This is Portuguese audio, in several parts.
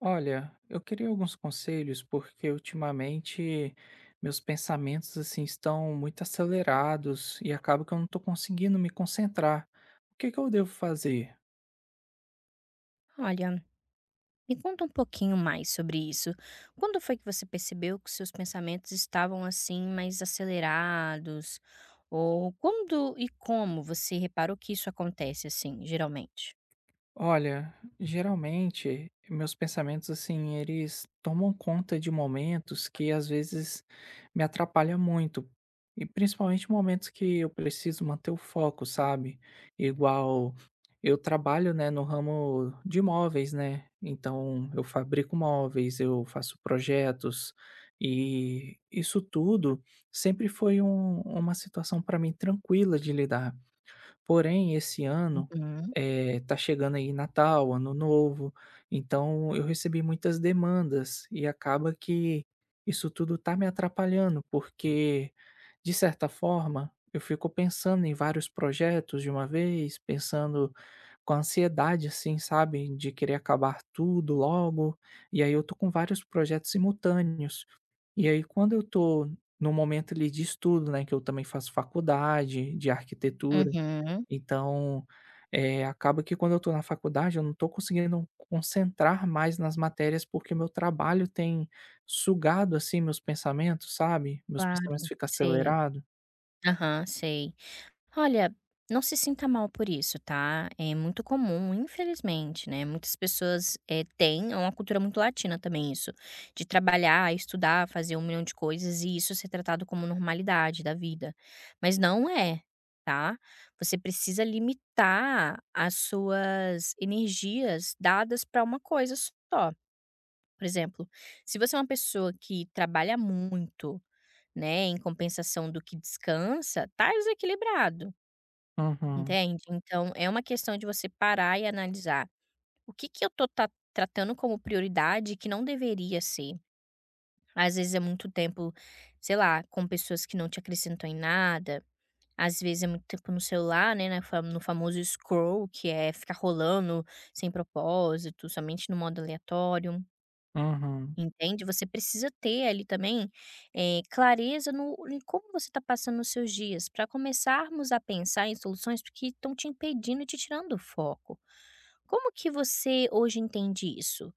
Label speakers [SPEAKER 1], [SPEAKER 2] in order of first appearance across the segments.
[SPEAKER 1] Olha, eu queria alguns conselhos porque ultimamente meus pensamentos assim estão muito acelerados e acaba que eu não estou conseguindo me concentrar. O que que eu devo fazer?
[SPEAKER 2] Olha, me conta um pouquinho mais sobre isso. Quando foi que você percebeu que seus pensamentos estavam assim mais acelerados? Ou quando e como você reparou que isso acontece assim, geralmente?
[SPEAKER 1] Olha, geralmente meus pensamentos assim, eles tomam conta de momentos que às vezes me atrapalham muito. E principalmente momentos que eu preciso manter o foco, sabe? Igual eu trabalho, né, no ramo de móveis, né? Então eu fabrico móveis, eu faço projetos e isso tudo sempre foi uma situação para mim tranquila de lidar. Porém, esse ano,
[SPEAKER 2] Uhum.
[SPEAKER 1] tá chegando aí Natal, Ano Novo, então eu recebi muitas demandas e acaba que isso tudo tá me atrapalhando, porque, de certa forma, eu fico pensando em vários projetos de uma vez, pensando com ansiedade, assim, sabe, de querer acabar tudo logo, e aí eu tô com vários projetos simultâneos. E aí quando eu tô no momento ali de estudo, né, que eu também faço faculdade de arquitetura
[SPEAKER 2] Uhum,
[SPEAKER 1] então, acaba que quando eu estou na faculdade, eu não estou conseguindo concentrar mais nas matérias, porque meu trabalho tem sugado, assim, meus pensamentos, sabe? Meus pensamentos
[SPEAKER 2] claro,
[SPEAKER 1] ficam
[SPEAKER 2] sei.
[SPEAKER 1] acelerados.
[SPEAKER 2] Aham, sei. Olha, não se sinta mal por isso, tá? É muito comum, infelizmente, né? Muitas pessoas têm, é uma cultura muito latina também isso, de trabalhar, estudar, fazer um milhão de coisas e isso ser tratado como normalidade da vida. Mas não é, tá? Você precisa limitar as suas energias dadas para uma coisa só. Por exemplo, se você é uma pessoa que trabalha muito, né, em compensação do que descansa, tá desequilibrado.
[SPEAKER 1] Uhum,
[SPEAKER 2] Entende? Então é uma questão de você parar e analisar o que que eu tô ta tratando como prioridade que não deveria ser. Às vezes é muito tempo, sei lá, com pessoas que não te acrescentam em nada, às vezes é muito tempo no celular, né, na fa no famoso scroll, que é ficar rolando sem propósito, somente no modo aleatório.
[SPEAKER 1] uhum.
[SPEAKER 2] Entende? Você precisa ter ali também, clareza no em como você está passando os seus dias, para começarmos a pensar em soluções que estão te impedindo e te tirando o foco. Como que você hoje entende isso?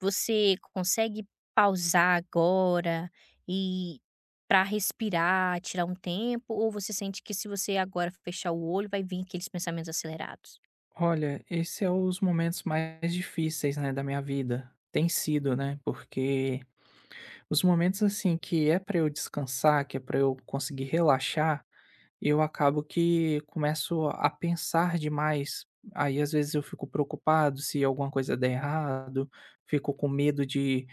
[SPEAKER 2] Você consegue pausar agora e para respirar, tirar um tempo, ou você sente que se você agora fechar o olho vai vir aqueles pensamentos acelerados?
[SPEAKER 1] Olha, esse é os momentos mais difíceis, né, da minha vida. Tem sido, né? Porque os momentos assim que é para eu descansar, que é para eu conseguir relaxar, eu acabo que começo a pensar demais, aí às vezes eu fico preocupado se alguma coisa der errado, fico com medo de: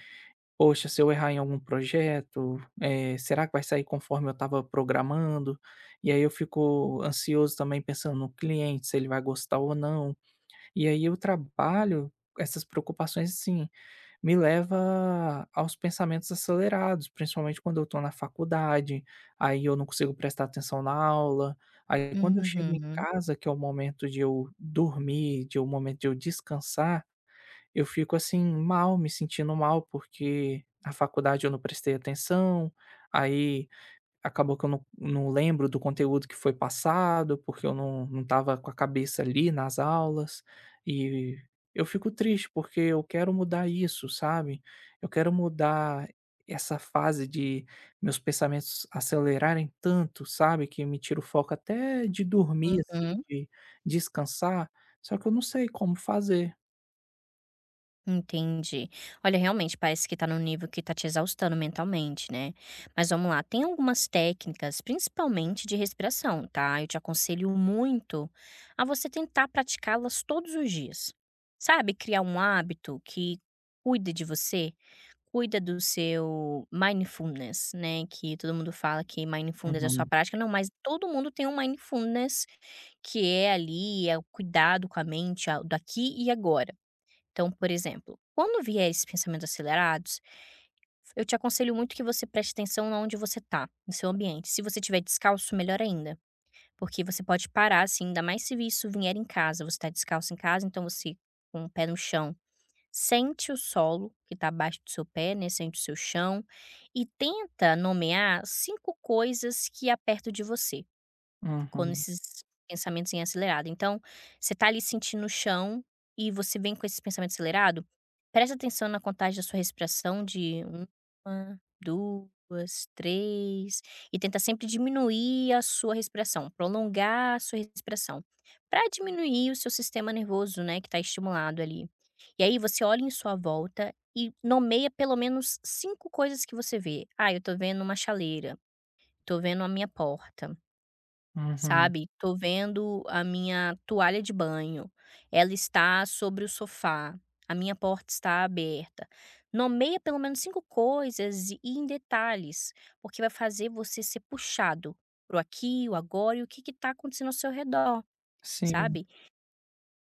[SPEAKER 1] "Poxa, se eu errar em algum projeto, será que vai sair conforme eu estava programando?". E aí eu fico ansioso também pensando no cliente, se ele vai gostar ou não. E aí o trabalho, essas preocupações, assim, me leva aos pensamentos acelerados, principalmente quando eu estou na faculdade, aí eu não consigo prestar atenção na aula, aí quando eu chego em
[SPEAKER 2] Uhum,
[SPEAKER 1] casa, que é o momento de eu dormir, de o momento de eu descansar, eu fico assim mal, me sentindo mal, porque na faculdade eu não prestei atenção, aí acabou que eu não lembro do conteúdo que foi passado, porque eu não estava com a cabeça ali nas aulas, e eu fico triste, porque eu quero mudar isso, sabe. Eu quero mudar essa fase de meus pensamentos acelerarem tanto, sabe, que me tira o foco até de dormir, assim,
[SPEAKER 2] uhum.
[SPEAKER 1] de descansar, só que eu não sei como fazer.
[SPEAKER 2] Entendi. Olha, realmente parece que tá num nível que tá te exaustando mentalmente, né? Mas vamos lá, tem algumas técnicas, principalmente de respiração, tá? Eu te aconselho muito a você tentar praticá-las todos os dias. Sabe, criar um hábito que cuide de você, cuida do seu mindfulness, né? Que todo mundo fala que mindfulness é sua
[SPEAKER 1] Uhum,
[SPEAKER 2] prática, não, mas todo mundo tem um mindfulness que é ali, é o cuidado com a mente, do aqui e agora. Então, por exemplo, quando vier esses pensamentos acelerados, eu te aconselho muito que você preste atenção na onde você está, no seu ambiente. Se você estiver descalço, melhor ainda, porque você pode parar, assim, ainda mais se isso vier em casa. Você está descalço em casa, então você, com o pé no chão, sente o solo que está abaixo do seu pé, né? Sente o seu chão e tenta nomear cinco coisas que há perto de você. Quando
[SPEAKER 1] uhum,
[SPEAKER 2] esses pensamentos em acelerado. Então, você tá ali sentindo o chão e você vem com esse pensamento acelerado, presta atenção na contagem da sua respiração de uma, 2, 3 e tenta sempre diminuir a sua respiração, prolongar a sua respiração, para diminuir o seu sistema nervoso, né, que tá estimulado ali. E aí você olha em sua volta e nomeia pelo menos 5 coisas que você vê. "Ah, eu tô vendo uma chaleira, tô vendo a minha porta,
[SPEAKER 1] uhum.
[SPEAKER 2] sabe, tô vendo a minha toalha de banho, ela está sobre o sofá, a minha porta está aberta. Nomeia pelo menos 5 coisas e em detalhes, porque vai fazer você ser puxado pro aqui, o agora e o que que tá acontecendo ao seu redor,
[SPEAKER 1] Sim.
[SPEAKER 2] sabe.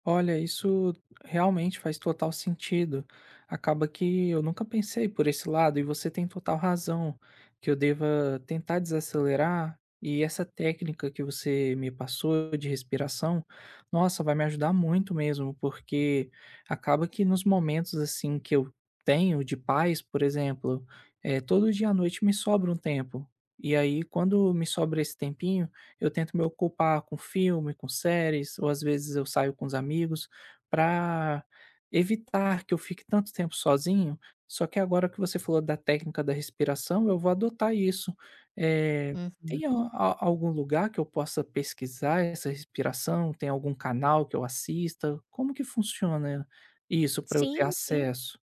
[SPEAKER 1] Olha, isso realmente faz total sentido. Acaba que eu nunca pensei por esse lado, e você tem total razão, que eu deva tentar desacelerar. E essa técnica que você me passou de respiração, nossa, vai me ajudar muito mesmo, porque acaba que nos momentos assim que eu tenho de paz, por exemplo, é, todo dia à noite me sobra um tempo. E aí, quando me sobra esse tempinho, eu tento me ocupar com filme, com séries, ou às vezes eu saio com os amigos, para evitar que eu fique tanto tempo sozinho. Só que agora que você falou da técnica da respiração, eu vou adotar isso. Eh, tem a
[SPEAKER 2] Uhum.
[SPEAKER 1] a algum lugar que eu possa pesquisar essa respiração? Tem algum canal que eu assista? Como que funciona isso para eu ter
[SPEAKER 2] Sim, sim.
[SPEAKER 1] acesso?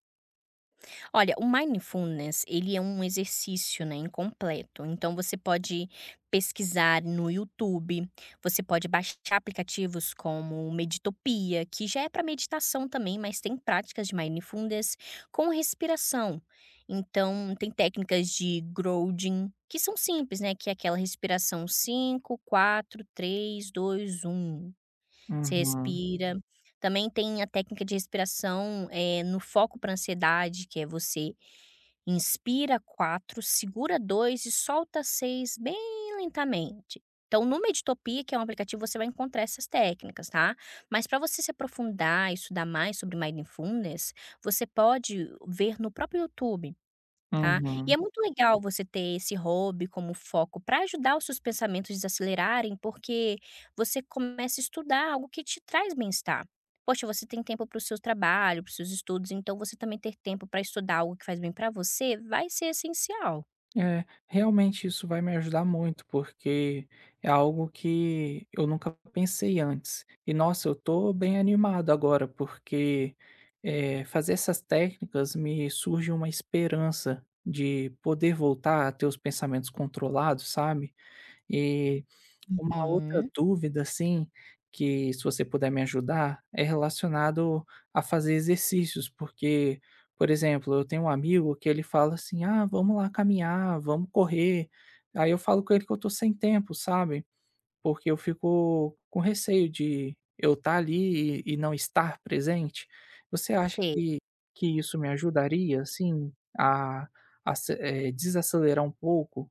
[SPEAKER 2] Olha, o mindfulness, ele é um exercício, né, incompleto. Então você pode pesquisar no YouTube, você pode baixar aplicativos como o Meditopia, que já é para meditação também, mas tem práticas de mindfulness com respiração. Então tem técnicas de grounding, que são simples, né, que é aquela respiração cinco, quatro, três, dois, um. Você
[SPEAKER 1] Uhum,
[SPEAKER 2] respira. Também tem a técnica de respiração no foco para ansiedade, que é você inspira quatro, segura 2 e solta 6 bem lentamente. Então, no Meditopia, que é um aplicativo, você vai encontrar essas técnicas, tá? Mas para você se aprofundar e estudar mais sobre mindfulness, você pode ver no próprio YouTube. Tá? E é
[SPEAKER 1] uhum.
[SPEAKER 2] muito legal você ter esse hobby como foco para ajudar os seus pensamentos desacelerarem, porque você começa a estudar algo que te traz bem-estar. Poxa, você tem tempo para o seu trabalho, para os seus estudos, então você também ter tempo para estudar algo que faz bem para você vai ser essencial.
[SPEAKER 1] É, realmente isso vai me ajudar muito, porque é algo que eu nunca pensei antes. E nossa, eu tô bem animado agora, porque fazer essas técnicas me surge uma esperança de poder voltar a ter os pensamentos controlados, sabe? E uma outra
[SPEAKER 2] Uhum.
[SPEAKER 1] dúvida, assim, que se você puder me ajudar, é relacionado a fazer exercícios, porque, por exemplo, eu tenho um amigo que ele fala assim: "Ah, vamos lá caminhar, vamos correr". Aí eu falo com ele que eu tô sem tempo, sabe, porque eu fico com receio de eu estar ali e não estar presente. Você acha
[SPEAKER 2] Sei.
[SPEAKER 1] que isso me ajudaria, assim, a a se desacelerar um pouco?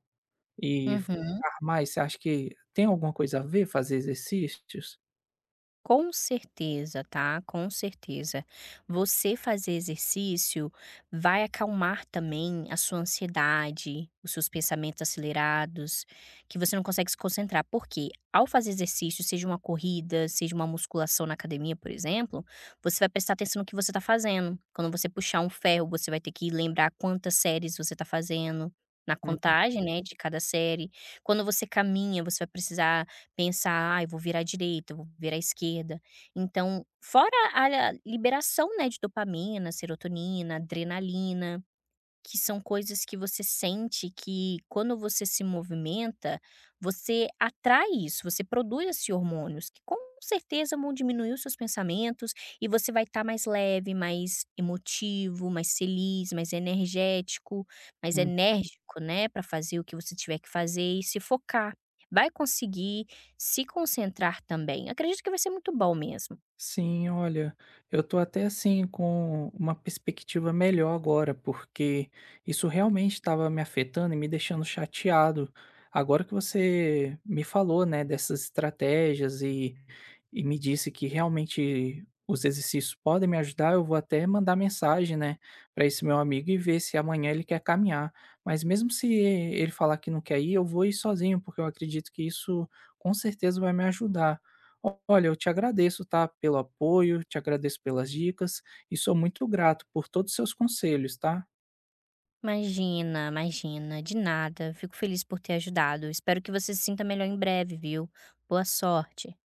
[SPEAKER 1] E
[SPEAKER 2] Uhum.
[SPEAKER 1] focar mais, você acha que tem alguma coisa a ver fazer exercícios?
[SPEAKER 2] Com certeza, tá? Com certeza. Você fazer exercício vai acalmar também a sua ansiedade, os seus pensamentos acelerados, que você não consegue se concentrar. Porque ao fazer exercício, seja uma corrida, seja uma musculação na academia, por exemplo, você vai prestar atenção no que você está fazendo. Quando você puxar um ferro, você vai ter que lembrar quantas séries você está fazendo. Na
[SPEAKER 1] Uhum.
[SPEAKER 2] contagem, né, de cada série. Quando você caminha, você vai precisar pensar: "ah, eu vou virar à direita, eu vou virar à esquerda". Então, fora a liberação, né, de dopamina, serotonina, adrenalina. Que são coisas que você sente que quando você se movimenta, você atrai isso, você produz esses hormônios que com certeza vão diminuir os seus pensamentos e você vai estar mais leve, mais emotivo, mais feliz, mais energético, mais enérgico, né, para fazer o que você tiver que fazer e se focar. Vai conseguir se concentrar também. Acredito que vai ser muito bom mesmo.
[SPEAKER 1] Sim, olha, eu tô até assim com uma perspectiva melhor agora, porque isso realmente estava me afetando e me deixando chateado. Agora que você me falou, né, dessas estratégias e me disse que realmente os exercícios podem me ajudar, eu vou até mandar mensagem, né, para esse meu amigo e ver se amanhã ele quer caminhar. Mas mesmo se ele falar que não quer ir, eu vou ir sozinho, porque eu acredito que isso com certeza vai me ajudar. Olha, eu te agradeço, tá, pelo apoio, te agradeço pelas dicas e sou muito grato por todos os seus conselhos, tá?
[SPEAKER 2] Imagina, imagina, de nada. Fico feliz por ter ajudado. Espero que você se sinta melhor em breve, viu? Boa sorte.